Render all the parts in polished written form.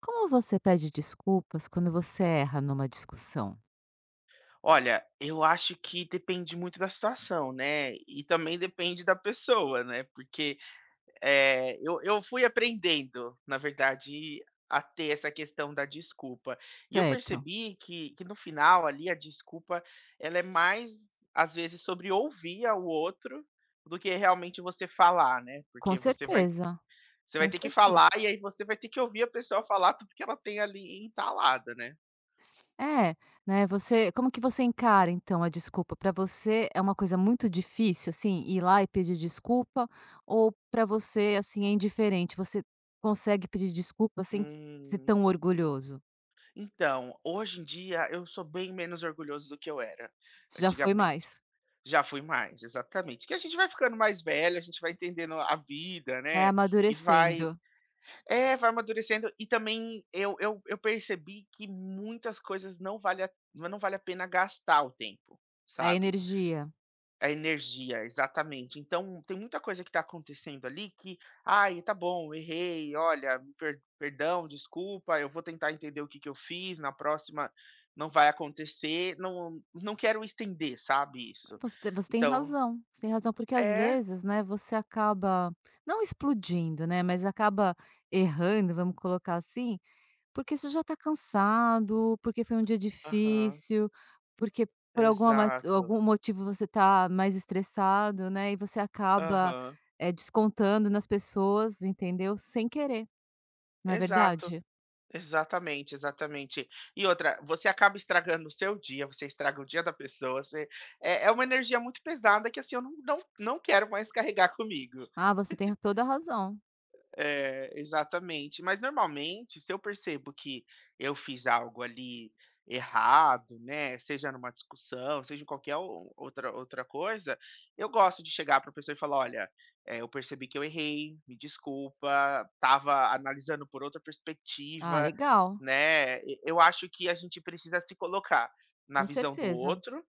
Como você pede desculpas quando você erra numa discussão? Olha, eu acho que depende muito da situação, né, e também depende da pessoa, né, porque, eu fui aprendendo, na verdade, a ter essa questão da desculpa. E eu Certo. percebi que no final ali a desculpa, ela é mais, às vezes, sobre ouvir ao outro, do que realmente você falar, né, Com porque você vai certeza, você vai com ter que certeza. falar e aí você vai ter que ouvir a pessoa falar tudo que ela tem ali entalada, né. É, né, você como que você encara então a desculpa? Para você é uma coisa muito difícil, assim, ir lá e pedir desculpa ou para você, assim, é indiferente, você consegue pedir desculpa sem ser Hum. tão orgulhoso? Então, hoje em dia eu sou bem menos orgulhoso do que eu era Você já foi antigamente. mais. Já fui mais, exatamente. Que a gente vai ficando mais velho, a gente vai entendendo a vida, Vai né? E vai, amadurecendo é, vai amadurecendo. E também eu percebi que muitas coisas não vale a pena gastar o tempo, a sabe? energia. A energia, exatamente. Então, tem muita coisa que está acontecendo ali que: "Ai, tá bom, errei, olha, perdão, desculpa, eu vou tentar entender o que que eu fiz, na próxima não vai acontecer", não quero estender, sabe, isso. Você tem Então razão, você tem razão, porque às é, vezes, né, você acaba não explodindo, né, mas acaba errando, vamos colocar assim, porque você já está cansado, porque foi um dia aham, difícil, porque por exato, algum motivo você está mais estressado, né, e você acaba, aham, descontando nas pessoas, entendeu, sem querer, não é exato. verdade? Exatamente, exatamente. E outra, você acaba estragando o seu dia, você estraga o dia da pessoa, você é uma energia muito pesada que, assim, eu não quero mais carregar comigo. Ah, você tem toda a razão. É, exatamente. Mas normalmente, se eu percebo que eu fiz algo ali errado, né, seja numa discussão, seja em qualquer outra coisa, eu gosto de chegar para a pessoa e falar: olha, eu percebi que eu errei, me desculpa, estava analisando por outra Ah, perspectiva, legal, né? Eu acho que a gente precisa se colocar na com visão do certeza. outro.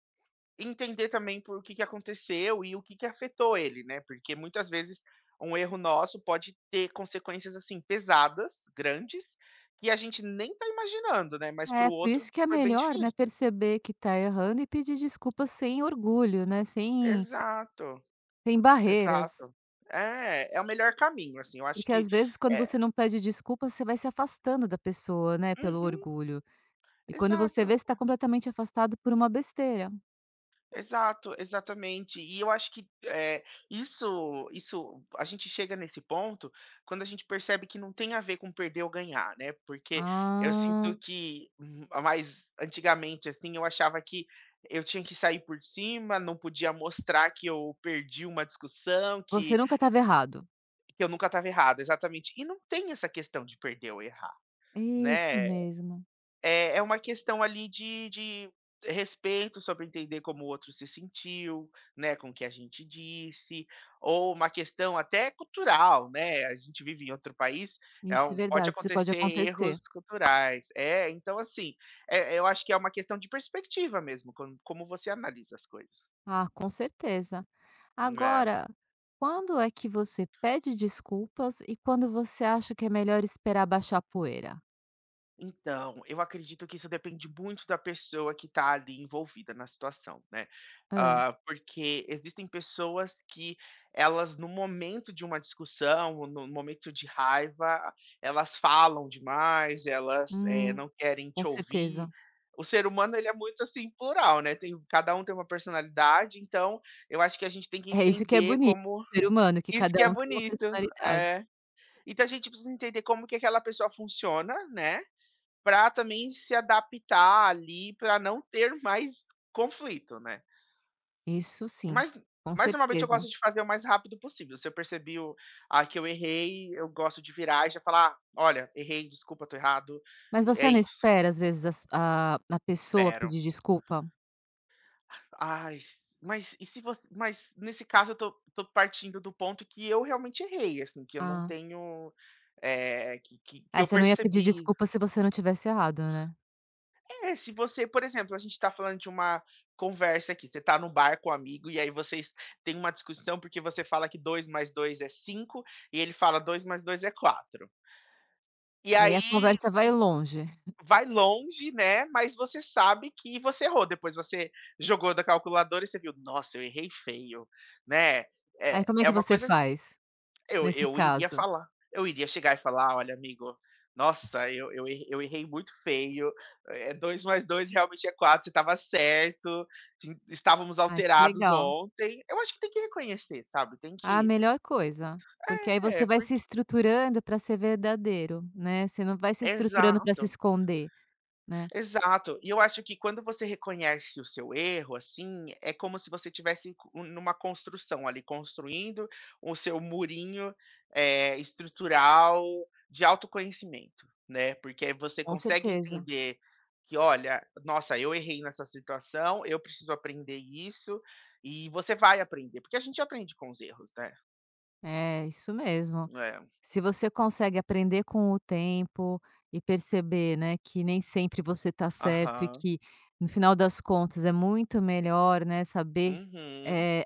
Entender também por o que que aconteceu e o que que afetou ele, né, porque muitas vezes um erro nosso pode ter consequências, assim, pesadas, grandes, que a gente nem tá imaginando, né, mas para o É, por outro isso que é foi bem melhor, né, difícil. perceber que tá errando e pedir desculpas sem orgulho, né, Exato, sem barreiras. exato. É, é o melhor caminho, assim, eu acho Porque que às vezes quando é. você não pede desculpas você vai se afastando da pessoa, né, pelo Uhum, orgulho. E quando você exato. vê, você tá completamente afastado por uma besteira. Exato, exatamente. E eu acho que, isso a gente chega nesse ponto quando a gente percebe que não tem a ver com perder ou ganhar, né, porque eu sinto Ah, que mais antigamente, assim, eu achava que eu tinha que sair por cima, não podia mostrar que eu perdi uma discussão, você que nunca estava errado. que eu nunca estava errado, exatamente. E não tem essa questão de perder ou errar, Isso né, mesmo. é uma questão ali de respeito sobre entender como o outro se sentiu, né, com o que a gente disse, ou uma questão até cultural, né, a gente vive em outro país, é Isso é um pode verdade, isso pode acontecer erros acontecer. culturais. É, então assim, eu acho que é uma questão de perspectiva mesmo, como você analisa as coisas. Ah, com certeza. É. Agora, quando é que você pede desculpas e quando você acha que é melhor esperar baixar a poeira? Então, eu acredito que isso depende muito da pessoa que está ali envolvida na situação, né. Hã. Ah, porque existem pessoas que elas no momento de uma discussão ou no momento de raiva, elas falam demais, elas, Hum, não querem com te ouvir. certeza. O ser humano ele é muito, assim, plural, né, tem cada um tem uma personalidade, então eu acho que a gente tem que É isso que é entender bonito, como ser humano, que isso cada que é um tem uma bonito. personalidade. É. Então a gente precisa entender como que aquela pessoa funciona, né, para também se adaptar ali, para não ter mais conflito, né. Isso sim, Mas com mas normalmente eu gosto certeza. de fazer o mais rápido possível. Se eu percebi que eu errei, eu gosto de virar e já falar: "Ah, Olha, errei, desculpa, tô errado, Mas é você não isso, espera às vezes as a pessoa espero". pedir desculpa? Ai, s mas e se você, mas nesse caso eu tô partindo do ponto que eu realmente errei, assim, que eu não Ah. tenho, que É, eu você não ia pedir percebi. desculpa se você não tivesse errado, né. É, se você por exemplo, a gente está falando de uma conversa aqui, você está no bar com um amigo e aí vocês têm uma discussão, porque você fala que dois mais 2 é 5 e ele fala 2 mais 2 é quatro. E E aí a aí conversa vai e longe. vai longe, né, mas você sabe que você errou, depois você jogou da calculadora e você viu: "Nossa, eu errei feio", né. É Aí como é é que uma você coisa, faz, eu nesse eu iria caso? falar. Eu iria chegar e falar: "Olha amigo, nossa, eu errei muito feio. É, dois mais dois realmente é 4. Você estava certo, tin estávamos Ai que alterados legal. ontem". Eu acho que tem que reconhecer, sabe, tem Ah, que melhor coisa, porque aí é, você vai se porque estruturando pra ser verdadeiro, né, você não vai se estruturando pra se exato. esconder, né. Exato. E eu acho que quando você reconhece o seu erro, assim, é como se você tivesse um, numa construção ali, construindo o seu murinho, estrutural de autoconhecimento, né? Porque aí você Com consegue certeza. entender que, olha, nossa, eu errei nessa situação, eu preciso aprender isso, e você vai aprender, porque a gente aprende com os erros, né? É, isso mesmo. É. Se você consegue aprender com o tempo e perceber, né, que nem sempre você tá certo e Aham. que no final das contas é muito melhor, né, saber, Uhum. eh,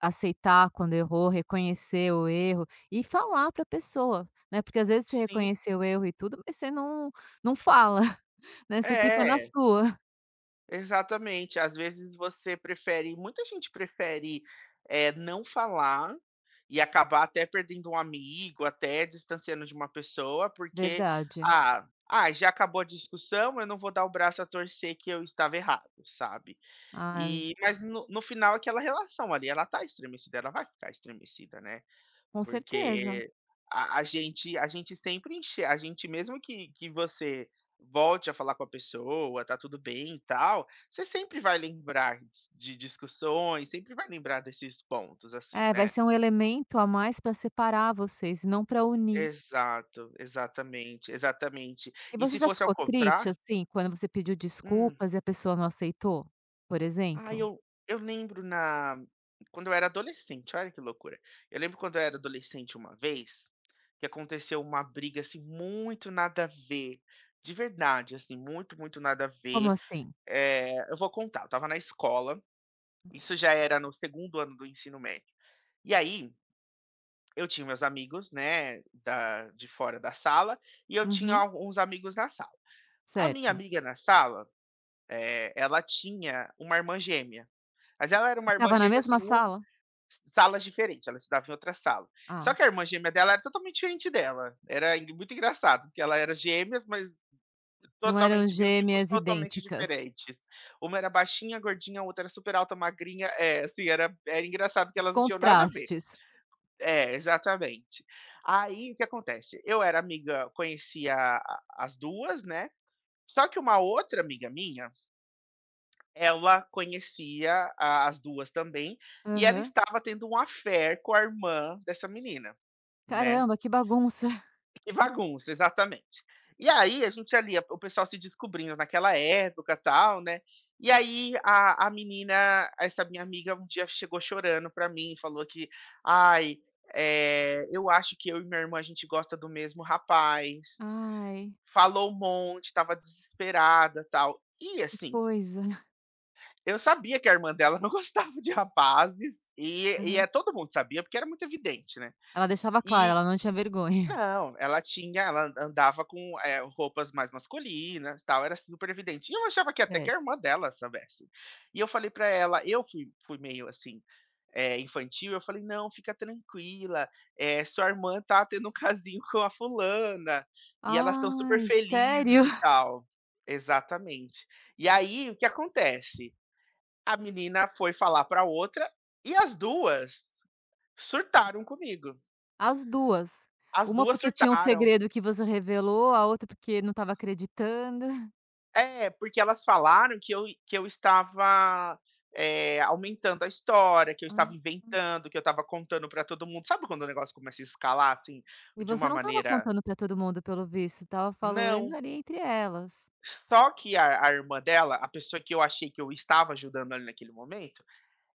aceitar quando errou, reconhecer o erro e falar para a pessoa, né, porque às vezes você Sim. reconheceu o erro e tudo, mas você não fala, né, você fica na É. sua. Exatamente, às vezes você prefere muita gente prefere, não falar e acabar até perdendo um amigo, até distanciando de uma pessoa, porque: Verdade. "Ah ah, já acabou a discussão, eu não vou dar o braço a torcer que eu estava errado", sabe. Ai, Mas no final aquela relação ali, ela tá estremecida, ela vai ficar estremecida, né. com certeza. Porque a gente sempre enche a gente mesmo que você volte a falar com a pessoa, tá tudo bem e tal, você sempre vai lembrar de discussões, sempre vai lembrar desses pontos, assim, É, vai né. ser um elemento a mais para separar vocês não para unir. Exato, exatamente, exatamente. E E você se já fosse ao ficou triste, contrário assim, quando você pediu hum. desculpas e a pessoa não aceitou, por Ai, exemplo? eu lembro na quando eu era adolescente, olha que loucura. Eu lembro quando eu era adolescente uma vez que aconteceu uma briga, assim, muito nada a ver, de verdade, assim, muito, muito nada a Como ver. assim? Eu vou contar, eu estava na escola, isso já era no segundo ano do ensino médio. E aí, eu tinha meus amigos, né, da de fora da sala, e eu tinha Uhum, alguns amigos na sala. A minha certo. amiga na sala, ela tinha uma irmã gêmea, mas ela era E uma irmã estava na gêmea, assim, mesma sala? salas diferentes, ela estudava em outra sala. Só Ah, que a irmã gêmea dela era totalmente diferente dela, era en muito engraçado, porque ela era gêmeas, mas não eram totalmente, biotipos gêmeas totalmente idênticas. diferentes. Uma era baixinha, gordinha, a outra era super alta, magrinha, assim, era engraçado que elas não tinham nada a ver. Contrastes. É, exatamente. Aí, o que acontece, eu era amiga conhecia a as 2, né, só que uma outra amiga minha, ela conhecia a as 2 também, e ela Aham. estava tendo um affair com a irmã dessa menina, né. Caramba, que bagunça. E bagunça, exatamente. E aí a gente ali, o pessoal se descobrindo naquela época, tal, né? E aí a menina, essa minha amiga, um dia chegou chorando pra mim e falou que, ai, eu acho que eu e minha irmã a gente gosta do mesmo rapaz. Ai, Falou um monte, tava desesperada, tal. E que assim, coisa. eu sabia que a irmã dela não gostava de rapazes, Aham. Todo mundo sabia, porque era muito evidente, né? Ela deixava claro, E, ela não tinha vergonha. não, ela andava com, roupas mais masculinas, tal, era super evidente. E eu achava que até que a Certo. irmã dela soubesse. E eu falei pra ela eu fui meio, assim, infantil, eu falei: "Não, fica tranquila, sua irmã tá tendo um casinho com a fulana, e elas estão super Ai, felizes sério? e tal". Exatamente. E aí, o que acontece? A menina foi falar pra outra, e as 2 surtaram comigo. As duas. As Uma 2 porque tinha um surtaram. segredo que você revelou, a outra porque não estava acreditando. É, porque elas falaram que eu estava, aumentando a história, que eu estava Ah. inventando, que eu estava contando para todo mundo. Sabe quando o negócio começa a escalar, assim, E de você uma não estava maneira contando para todo mundo, pelo visto, estava falando não. ali entre elas. Só que a irmã dela, a pessoa que eu achei que eu estava ajudando ali naquele momento,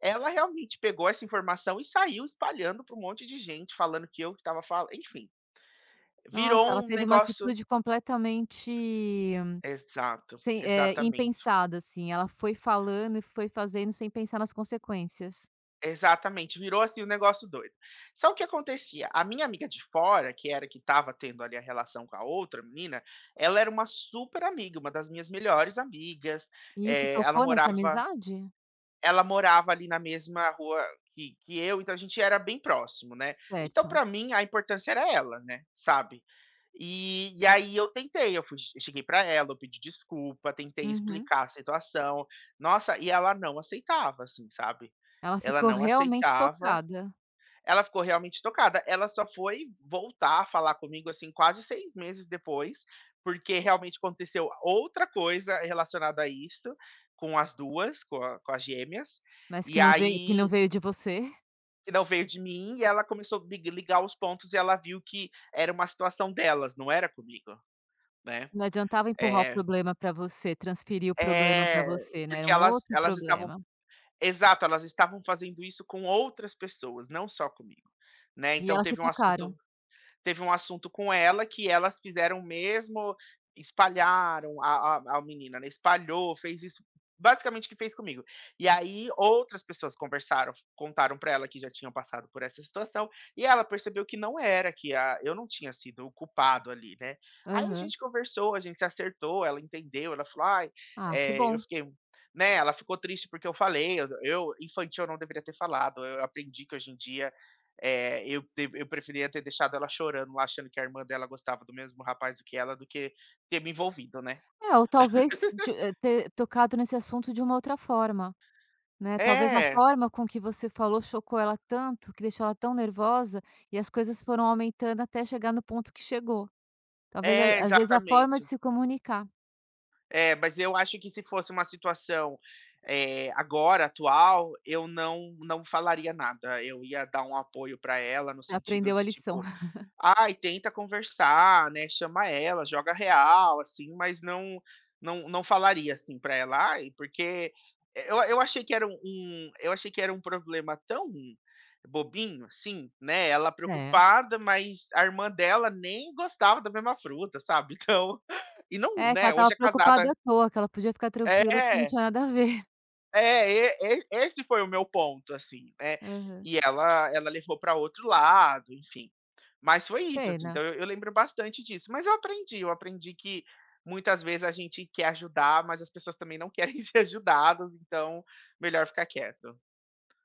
ela realmente pegou essa informação e saiu espalhando para um monte de gente, falando que eu que estava falando. Enfim, virou Nossa, ela um teve uma negócio atitude completamente exato, sem exatamente. impensada, assim, ela foi falando e foi fazendo sem pensar nas consequências. Exatamente, virou assim um negócio doido. Só o que acontecia? A minha amiga de fora, que estava tendo ali a relação com a outra menina, ela era uma super amiga, uma das minhas melhores amigas, E isso eh, ela tocou nessa morava amizade? ela morava ali na mesma rua que eu, então a gente era bem próximo, né. Então Certo. pra mim a importância era ela, né, sabe. E aí eu tentei, eu cheguei pra ela, eu pedi desculpa, tentei Uhum. explicar a situação. Nossa, e ela não aceitava, assim, sabe. Ela Ela ficou não realmente aceitava. tocada, Ela ficou realmente tocada. Ela só foi voltar a falar comigo, assim, quase 6 meses depois, porque realmente aconteceu outra coisa relacionada a isso, com as 2 com a com as gêmeas, mas e que não aí veio de você. que não veio de mim e ela começou a ligar os pontos e ela viu que era uma situação delas, não era comigo, né. Não adiantava empurrar o É problema para você, transferir o problema para é, você, né, era porque um elas outro elas estavam problema. exato, elas estavam fazendo isso com outras pessoas, não só comigo, né, E então elas se tocaram. teve um assunto com ela que elas fizeram mesmo, espalharam a menina, né? Espalhou, fez isso basicamente que fez comigo. E aí outras pessoas conversaram, contaram para ela que já tinham passado por essa situação e ela percebeu que não era que a, eu não tinha sido o culpado ali, né? Aí a Aham. gente conversou, a gente se acertou, ela entendeu, ela falou, ai, Ah, que é, eu bom. fiquei né, ela ficou triste porque eu falei, eu infantil eu não deveria ter falado. Eu aprendi que hoje em dia é, eu preferia ter deixado ela chorando, lá, achando que a irmã dela gostava do mesmo rapaz do que ela, do que ter me envolvido, né? É, ou talvez de ter tocado nesse assunto de uma outra forma, né, talvez a É, forma com que você falou chocou ela tanto, que deixou ela tão nervosa, e as coisas foram aumentando até chegar no ponto que chegou. Talvez a é, às vezes é a forma exatamente. de se comunicar, É, mas eu acho que se fosse uma situação é, agora, atual, eu não, não falaria nada. Eu ia dar um apoio para ela no né, sentido aprendeu a de lição. tipo, ai, tenta conversar, né, chama ela, joga real, assim, mas não não falaria, assim, pra ela: "Ai", porque eu achei que era um eu achei que era um problema tão bobinho, assim, né, ela É. preocupada, mas a irmã dela nem gostava da mesma fruta, sabe, então e não, É, que ela né, estava hoje é preocupada casada à toa, que ela podia ficar tranquila que não é. tinha nada a ver. É, e esse foi o meu ponto, assim, né. Aham. E ela levou para outro lado, enfim. Mas foi isso, assim, então Pena. eu lembro bastante disso, mas eu aprendi que muitas vezes a gente quer ajudar, mas as pessoas também não querem ser ajudadas, então melhor ficar quieto.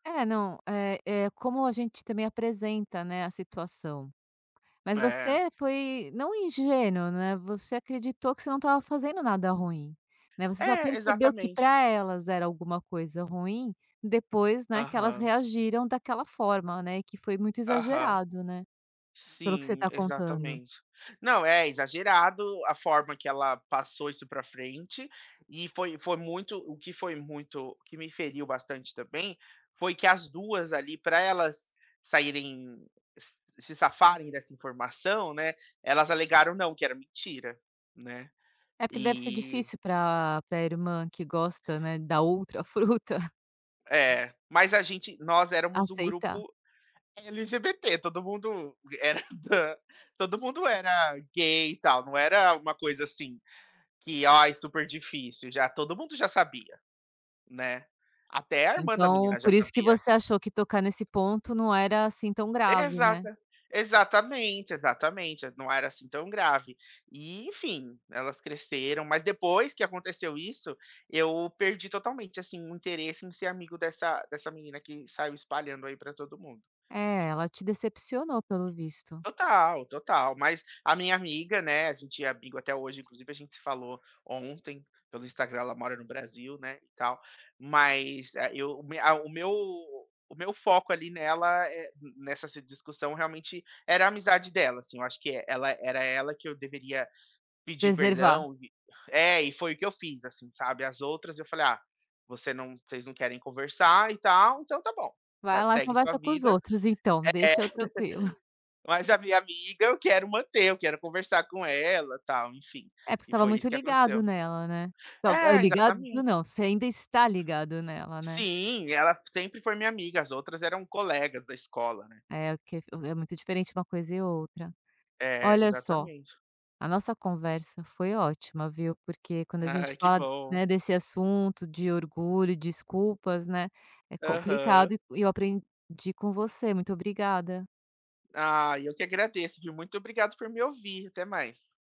É, não, é como a gente também apresenta, né, a situação. Mas É. você foi não ingênuo, né, você acreditou que você não estava fazendo nada ruim, né, você só É, percebeu que exatamente. para elas era alguma coisa ruim, depois, né, que elas Aham, reagiram daquela forma, né, que foi muito aham. exagerado, né, pelo que você Sim, está contando. exatamente. Não, é exagerado a forma que ela passou isso para frente, e foi muito o que me feriu bastante também, foi que as 2 ali, para elas saírem s se safarem dessa informação, né, elas alegaram não, que era mentira, né. É porque deve ser E difícil para a irmã que gosta, né, da outra fruta é, mas a gente nós éramos um aceitar. grupo LGBT, todo mundo era da todo mundo era gay e tal, não era uma coisa assim, que, ai, super difícil, já todo mundo já sabia, né. Até a irmã da Então, menina já por isso que sabia. você achou que tocar nesse ponto não era, assim, tão grave, né. Exata Exatamente, exatamente, não era assim tão grave. E enfim, elas cresceram, mas depois que aconteceu isso, eu perdi totalmente, assim, o interesse em ser amigo dessa menina que saiu espalhando aí pra todo mundo. É, ela te decepcionou pelo visto. Total, total. Mas a minha amiga, né, a gente é amigo até hoje, inclusive a gente se falou ontem pelo Instagram, ela mora no Brasil, né, e tal. Mas, eu o me a o meu foco ali nela, nessa se discussão realmente era a amizade dela, assim, eu acho que é- ela era ela que eu deveria pedir Preservar. perdão e é, e foi o que eu fiz, assim, sabe. As outras eu falei: "Ah, vocês não querem conversar e tal, então tá bom, ca Vai lá e segue sua conversa com os vida". outros então, deixa eu tranquilo. Mas a minha amiga eu quero manter, eu quero conversar com ela, tal, enfim. É, porque você E estava foi isso muito que ligado aconteceu. nela, né. Tal ah, É, ligado exatamente. não, você ainda está ligado nela, né. Sim, ela sempre foi minha amiga, as outras eram colegas da escola, né. É, o que é É muito diferente uma coisa e outra. É, Olha só. exatamente. A nossa conversa foi ótima, viu, porque quando a gente Ai, que fala, bom. né, desse assunto de orgulho, desculpas, né, é complicado Aham. e eu aprendi com você. Muito obrigada. Ah, eu que agradeço, viu. Muito obrigado por me ouvir, até mais.